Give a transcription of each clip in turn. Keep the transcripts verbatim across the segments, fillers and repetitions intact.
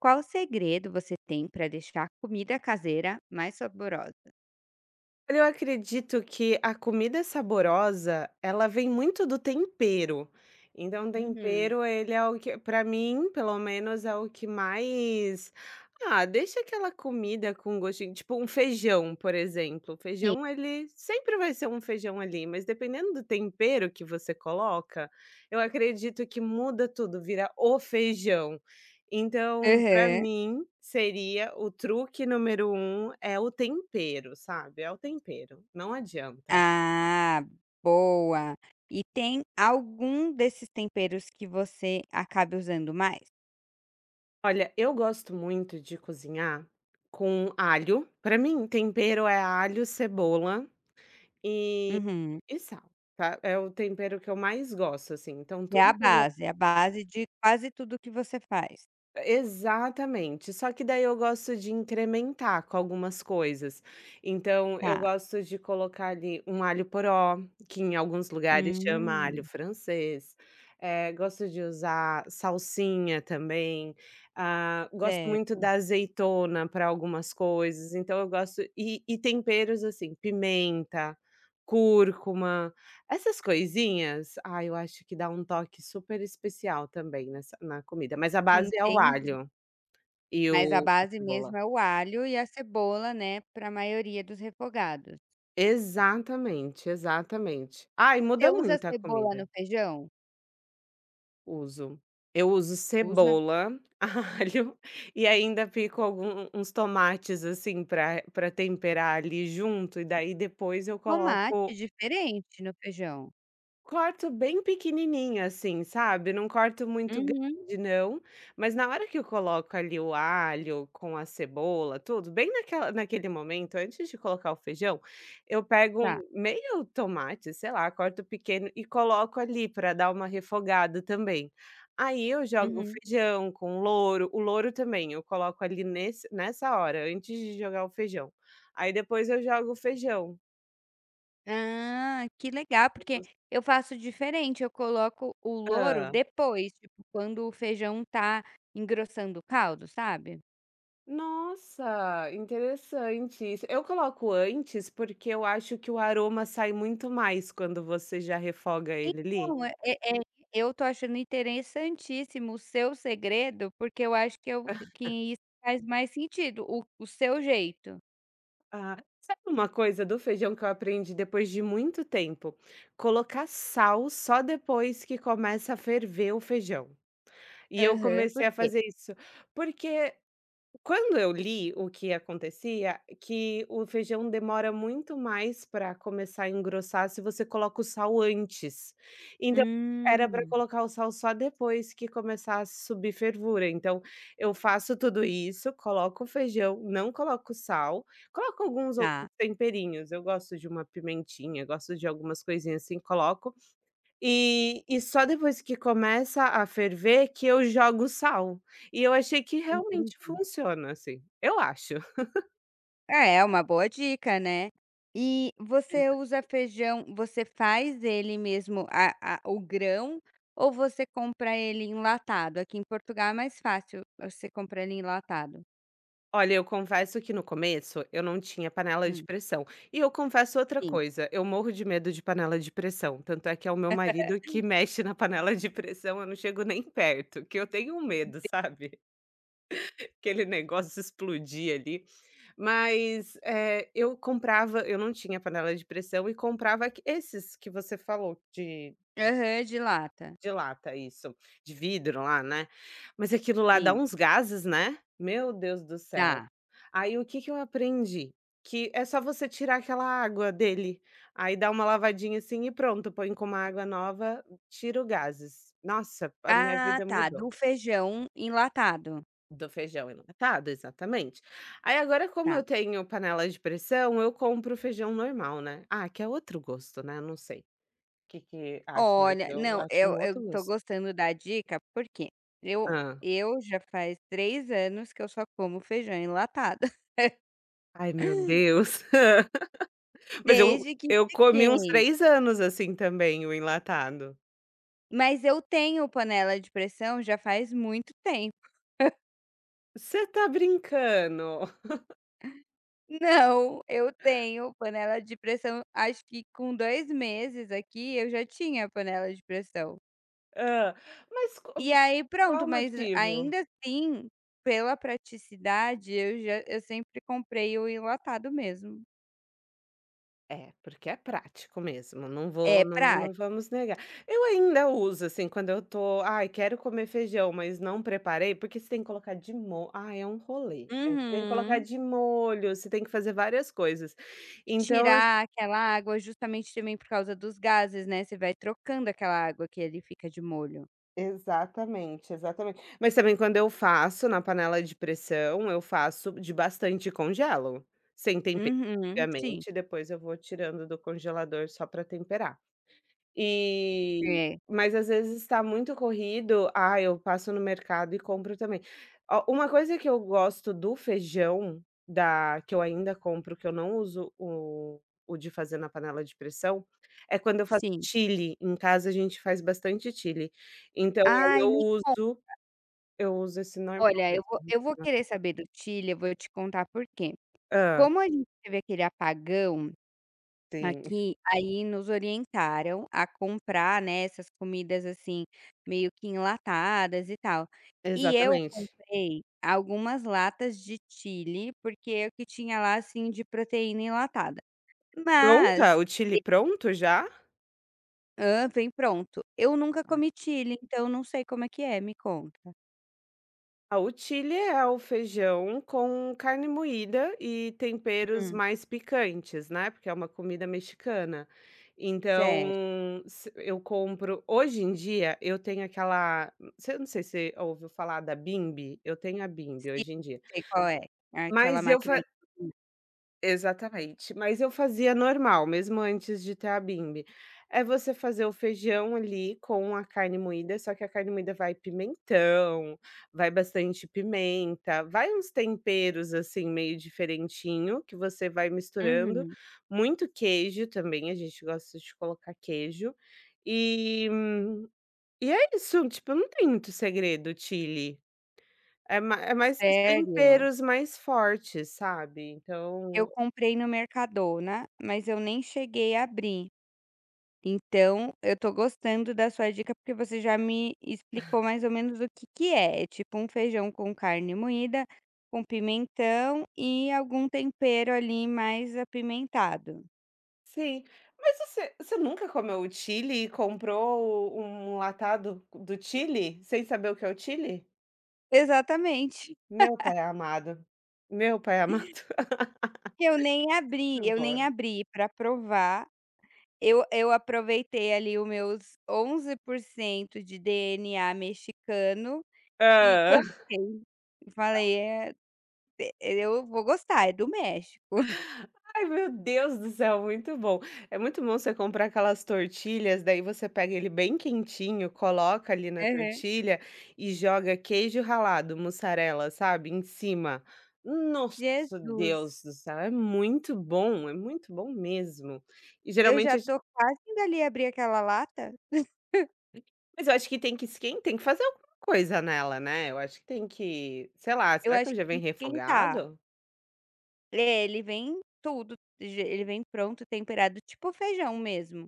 Qual segredo você tem para deixar a comida caseira mais saborosa? Olha, eu acredito que a comida saborosa, ela vem muito do tempero. Então, Hum, tempero, ele é o que, para mim, pelo menos, é o que mais. Ah, deixa aquela comida com gostinho. Tipo um feijão, por exemplo. O sim. feijão, ele sempre vai ser um feijão ali, mas dependendo do tempero que você coloca, eu acredito que muda tudo, vira o feijão. Então, para Aham. mim, seria o truque número um é o tempero, sabe, é o tempero, não adianta. Ah, boa. E tem algum desses temperos que você acabe usando mais? Olha, eu gosto muito de cozinhar com alho. Para mim tempero é alho, cebola e Uhum. e sal, tá, é o tempero que eu mais gosto, assim, então É a tudo que eu base, é a base de quase tudo que você faz. Exatamente, só que daí eu gosto de incrementar com algumas coisas. Então eu Tá. gosto de colocar ali um alho poró, que em alguns lugares chama alho Hum, francês, eh, gosto de usar salsinha também, ah, gosto muito certo. da azeitona para algumas coisas, então eu gosto e e temperos assim, pimenta, cúrcuma. Essas coisinhas, ah, eu acho que dá um toque super especial também nessa na comida, mas a base é o Entendi. alho e Mas a o a base mesmo cebola. é o alho e a cebola, né, para a maioria dos refogados. Exatamente, exatamente. Ai, Você muda usa muito a cebola no comida. feijão? Uso. Eu uso Usa? cebola, alho e ainda pico alguns uns tomates, assim, para para temperar ali junto, e daí depois eu Tomate coloco diferente no feijão? Corto bem pequenininha, assim, sabe, não corto muito grande Uhum, não, mas na hora que eu coloco ali o alho com a cebola, tudo, bem naquela naquele momento, antes de colocar o feijão, eu pego um tá. meio tomate, sei lá, corto pequeno e coloco ali para dar uma refogada também. Aí eu jogo o Uhum. feijão com louro, o louro também eu coloco ali nesse nessa hora, antes de jogar o feijão. Aí depois eu jogo o feijão. Ah, que legal, porque eu faço diferente, eu coloco o louro Hã. depois, tipo, quando o feijão tá engrossando o caldo, sabe? Nossa, interessante isso. Eu coloco antes, porque eu acho que o aroma sai muito mais quando você já refoga ele ali. Então, é é é eu tô achando interessantíssimo o seu segredo, porque eu acho que eu que isso faz mais sentido, o o seu jeito. Ah, sabe uma coisa do feijão que eu aprendi depois de muito tempo? Colocar sal só depois que começa a ferver o feijão. E eu Aham, por comecei a quê? fazer isso, porque quando eu li o que acontecia, que o feijão demora muito mais para começar a engrossar se você coloca o sal antes. Então, era para Hum. colocar o sal só depois que começasse a subir fervura. Então, eu faço tudo isso, coloco o feijão, não coloco sal, coloco alguns Tá, outros temperinhos. Eu gosto de uma pimentinha, gosto de algumas coisinhas assim, coloco. E e só depois que começa a ferver que eu jogo sal. E eu achei que realmente entendi. funciona, assim, eu acho. Ah, é, uma boa dica, né. E você Exato. usa feijão, você faz ele mesmo a a o grão ou você compra ele enlatado? Aqui em Portugal é mais fácil você comprar ele enlatado. Olha, eu confesso que no começo eu não tinha panela de Hum, pressão. E eu confesso outra sim. coisa, eu morro de medo de panela de pressão, tanto é que é o meu marido que mexe na panela de pressão, eu não chego nem perto, que eu tenho um medo, sabe? Aquele negócio explodia ali. Mas, eh, eu comprava eu não tinha panela de pressão e comprava aque esses que você falou de de Aham, de lata. de lata, isso, de vidro lá, né. Mas aquilo lá dá Sim, uns gases, né. Meu Deus do céu. dá. Aí o que que eu aprendi? Que é só você tirar aquela água dele, aí dá uma lavadinha assim e pronto, põe com uma água nova, tira o gases. Nossa, a minha Ah, vida tá, mudou. do feijão enlatado, Do feijão enlatado, exatamente. Aí agora como tá. eu tenho panela de pressão, eu compro feijão normal, né. Ah, que é outro gosto, né, não sei o que que acha, mas Olha, eu não, acho um eu outro eu tô gosto. gostando da dica, por quê? Eu Ah, eu já faz três anos que eu só como feijão enlatado, ai meu Deus. Mas eu desde que eu comi uns fiquei. três anos assim também, o enlatado. Mas eu tenho panela de pressão já faz muito tempo. Você tá brincando? Não, eu tenho panela de pressão, acho que com dois meses aqui eu já tinha panela de pressão. Hã. Mas E co aí Qual pronto, o mas motivo? ainda assim, pela praticidade, eu já eu sempre comprei o enlatado mesmo. É, porque é prático mesmo, não É vou não não prático. vamos negar. Eu ainda uso, assim, quando eu tô: "Ai, quero comer feijão, mas não preparei", porque você tem que colocar de mo ai, é um rolê. É, você tem que colocar Uhum. de molho, você tem que fazer várias coisas. E Então, as tirar aquela água justamente também por causa dos gases, né, você vai trocando aquela água que ele fica de molho. exatamente, exatamente. Mas também quando eu faço na panela de pressão, eu faço de bastante e congelo, sem tempero, Uhum, sim. obviamente, depois eu vou tirando do congelador só para temperar. E É, mas às vezes está muito corrido, ah, eu passo no mercado e compro também. Ó, uma coisa que eu gosto do feijão, da que eu ainda compro, que eu não uso o o de fazer na panela de pressão, é quando eu faço sim. chili, em casa a gente faz bastante chili. Então aí Ai, eu me conta. uso eu uso esse normal Olha, eu vou mesmo. eu vou querer saber do Chile, eu vou te contar por quê. Hã, Como a gente teve aquele apagão sim, aqui, aí nos orientaram a comprar, né, essas comidas, assim, meio que enlatadas e tal. E eu exatamente. comprei algumas latas de chili porque é o que tinha lá, assim, de proteína enlatada. Pronta? Mas O chili pronto já? hã, vem pronto. Eu nunca comi chili, então não sei como é que é, me conta. Ah, o chile é o feijão com carne moída e temperos Hum, mais picantes, né, porque é uma comida mexicana. certo. Então, se eu compro hoje em dia eu tenho aquela você não sei se você ouviu falar da Bimby, eu tenho a Bimby Sim, hoje em dia, sei qual é. Aquela mas eu máquina fa de costura. exatamente, mas eu fazia normal, mesmo antes de ter a Bimby. É você fazer o feijão ali com a carne moída, só que a carne moída vai pimentão, vai bastante pimenta, vai uns temperos assim meio diferentinho que você vai misturando, Uhum. muito queijo também, a gente gosta de colocar queijo, e hum, e é isso, tipo, não tem muito segredo o chili, é ma é mais esses Sério? temperos mais fortes, sabe, Eu então comprei no Mercadona, mas eu nem cheguei a abrir. Então, eu tô gostando da sua dica, porque você já me explicou mais ou menos o que que é. É tipo um feijão com carne moída, com pimentão e algum tempero ali mais apimentado. Sim. Mas você você nunca comeu o Chili e comprou um latado do Chili, sem saber o que é o Chili? Exatamente. Meu pai é amado, meu pai é amado. Eu nem abri, Muito eu nem bom. abri pra provar. Eu eu aproveitei ali o meus onze por cento de D N A mexicano e Hã. comprei. Falei: "É, e eu vou gostar, é do México". Ai, meu Deus do céu, muito bom. É muito bom você comprar aquelas tortilhas, daí você pega ele bem quentinho, coloca ali na Aham. tortilha e joga queijo ralado, mussarela, sabe, em cima. Nossa, Jesus, Deus do céu, é muito bom, é muito bom mesmo. E eu geralmente já tô quase indo ali abrir aquela lata, Mas eu acho que tem que esquen tem que fazer alguma coisa nela, né, eu acho que tem que sei lá, eu será que acho ele já que vem esquentar. refogado? É, ele vem tudo, je ele vem pronto, temperado, tipo feijão mesmo.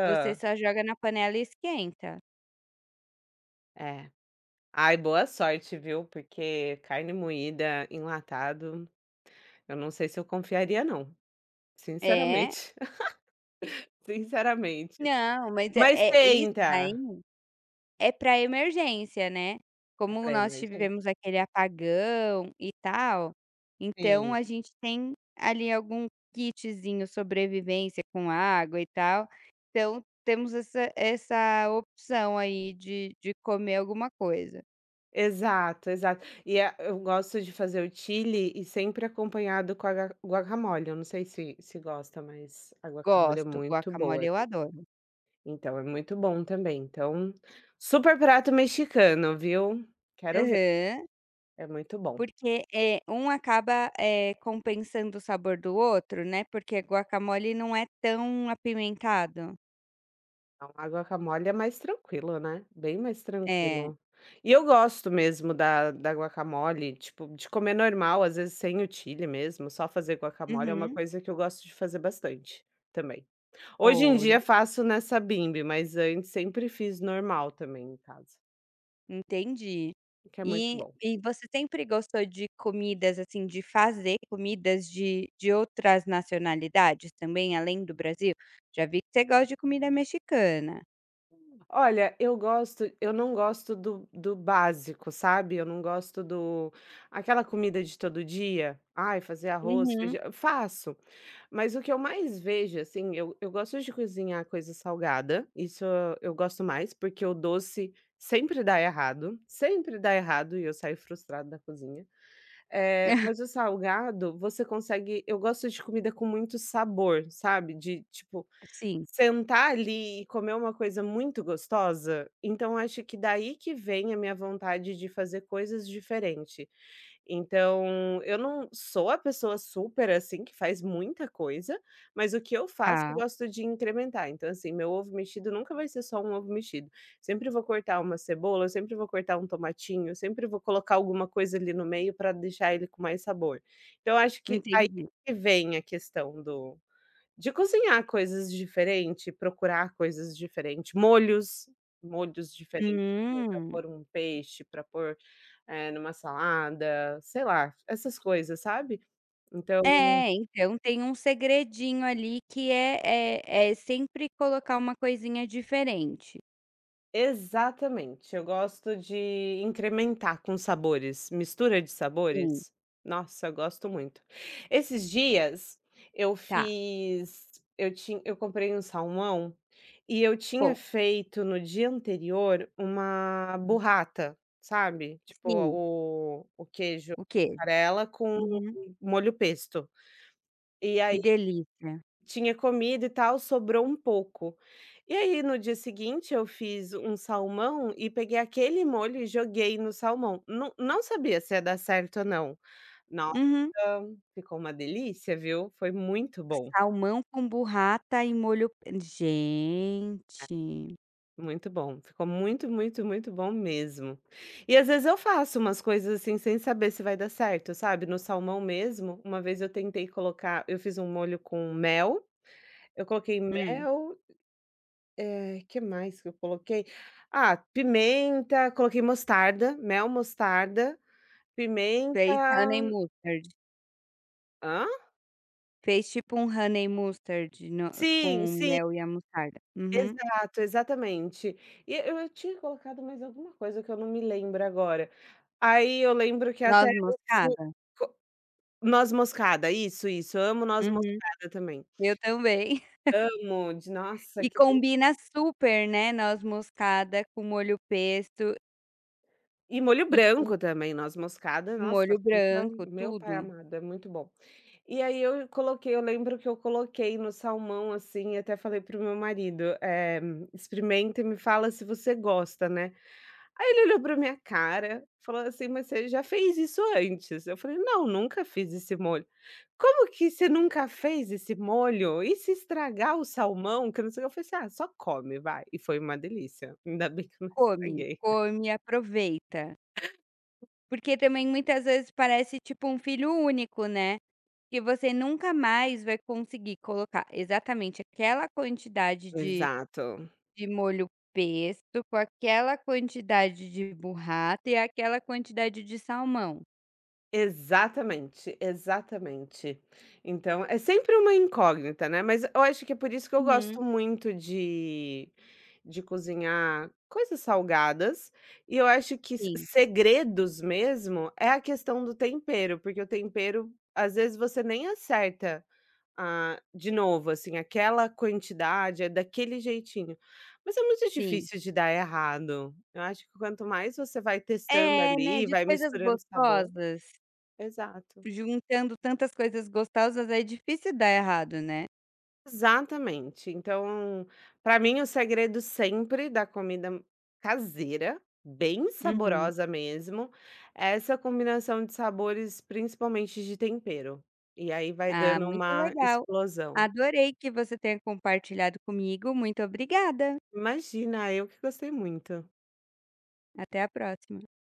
Você só joga na panela e esquenta. É. Ai, boa sorte, viu, porque carne moída, enlatado, eu não sei se eu confiaria não, É. sinceramente, sinceramente. Não, mas é Mas é isso daí. tenta, É para emergência, né. é Como pra nós emergência. tivemos aquele apagão e tal, então Sim, a gente tem ali algum kitzinho sobrevivência com água e tal, então temos essa essa opção aí de de comer alguma coisa. exato, exato. E, a eu gosto de fazer o chili e sempre acompanhado com a gua guacamole, eu não sei se se gosta, mas a guacamole é Gosto, muito guacamole boa. eu adoro. Então, é muito bom também. Então, super prato mexicano, viu? Quero ver, Aham. é muito bom. Porque, eh, um acaba, eh, compensando o sabor do outro, né, porque guacamole não é tão apimentado. Então, água com a mole é mais tranquilo, né? Bem mais É. tranquilo. E eu gosto mesmo da da guacamole, tipo, de comer normal, às vezes sem o chili mesmo, só fazer guacamole é uma Uhum. coisa que eu gosto de fazer bastante também. Hoje em Olha. dia faço nessa Bimby, mas antes sempre fiz normal também em casa, Entendi. o que é muito E bom. e você sempre gostou de comidas, assim, de fazer comidas de de outras nacionalidades também, além do Brasil? Já vi que você gosta de comida mexicana. Olha, eu gosto eu não gosto do do básico, sabe, eu não gosto do aquela comida de todo dia, ai fazer arroz, Uhum. feijão eu faço, mas o que eu mais vejo, assim, eu eu gosto de cozinhar coisa salgada, isso eu eu gosto mais, porque o doce sempre dá errado, sempre dá errado e eu saio frustrada da cozinha. Eh, mas o salgado, você consegue eu gosto de comida com muito sabor, sabe, de tipo Sim, sentar ali e comer uma coisa muito gostosa, então acho que daí que vem a minha vontade de fazer coisas diferente. Então, eu não sou a pessoa super, assim, que faz muita coisa, mas o que eu faço eu tá, gosto de incrementar. Então, assim, meu ovo mexido nunca vai ser só um ovo mexido. Sempre vou cortar uma cebola, eu sempre vou cortar um tomatinho, eu sempre vou colocar alguma coisa ali no meio para deixar ele com mais sabor. Então, acho que aí entendi. que vem a questão do de cozinhar coisas diferentes, procurar coisas diferentes, molhos, molhos diferentes, para Hum. pôr um peixe, para pôr, eh, numa salada, sei lá, essas coisas, sabe. Então, É, então tem um segredinho ali que é é é sempre colocar uma coisinha diferente. exatamente, eu gosto de incrementar com sabores, mistura de Sim, sabores. Nossa, eu gosto muito. Esses dias eu tá, fiz eu tinha eu comprei um salmão e eu tinha conta. feito no dia anterior uma burrata, sabe, tipo Sim, o o queijo o quê? mussarela com Uhum. molho pesto. E Que aí delícia. tinha comido e tal, sobrou um pouco. E aí, no dia seguinte, eu fiz um salmão e peguei aquele molho e joguei no salmão. Não não sabia se ia dar certo ou não. Nossa, Uhum. ficou uma delícia, viu? Foi muito bom, Salmão com burrata e molho gente. muito bom. Ficou muito, muito, muito bom mesmo. E às vezes eu faço umas coisas assim sem saber se vai dar certo, sabe? No salmão mesmo, uma vez eu tentei colocar eu fiz um molho com mel, eu coloquei Hum, mel Eh, que mais que eu coloquei? Ah, pimenta, coloquei mostarda, mel, mostarda, fez honey pimenta mustard. hã? Fez tipo um honey mustard no Sim, com sim, mel e a mostarda. Uhum. exato, exatamente. E eu eu tinha colocado mais alguma coisa que eu não me lembro agora. Aí eu lembro que até Noz eu fui moscada? co noz moscada, isso, isso. Eu amo noz Uhum. moscada também. Eu também. Amo, de nossa, E que deli combina super, né, noz moscada com molho pesto e molho e com branco também, noz moscada, nossa, molho fica branco, meu pai tudo. amado, é muito bom. E aí eu coloquei eu lembro que eu coloquei no salmão, assim, e até falei para o meu marido, eh, "Experimenta e me fala se você gosta, né". Aí ele olhou pra minha cara, falou assim: "Mas você já fez isso antes?". Eu falei: "Não, nunca fiz esse molho". "Como que você nunca fez esse molho? E se estragar o salmão, que não sei o que Eu falei assim: "Ah, só come, vai". E foi uma delícia, ainda bem que eu não Come, estraguei. come aproveita. Porque também muitas vezes parece tipo um filho único, né. Que você nunca mais vai conseguir colocar exatamente aquela quantidade de Exato. de molho pesto, com aquela quantidade de burrata e aquela quantidade de salmão. Exatamente, exatamente. Então, é sempre uma incógnita, né, mas eu acho que é por isso que eu Uhum. gosto muito de de cozinhar coisas salgadas, e eu acho que se Sim, segredos mesmo é a questão do tempero, porque o tempero, às vezes, você nem acerta, ah, de novo, assim, aquela quantidade, é daquele jeitinho, mas é muito sim. difícil de dar errado. Eu acho que quanto mais você vai testando É, né, ali, de vai coisas misturando sabor gostosas, Exato. juntando tantas coisas gostosas é difícil dar errado, né. Exatamente. Então, para mim o segredo sempre da comida caseira, bem Uhum. saborosa mesmo, é essa combinação de sabores, principalmente de tempero. E aí vai Ah, dando muito uma legal. explosão. Adorei que você tenha compartilhado comigo, muito obrigada. Imagina, eu que gostei muito. Até a próxima.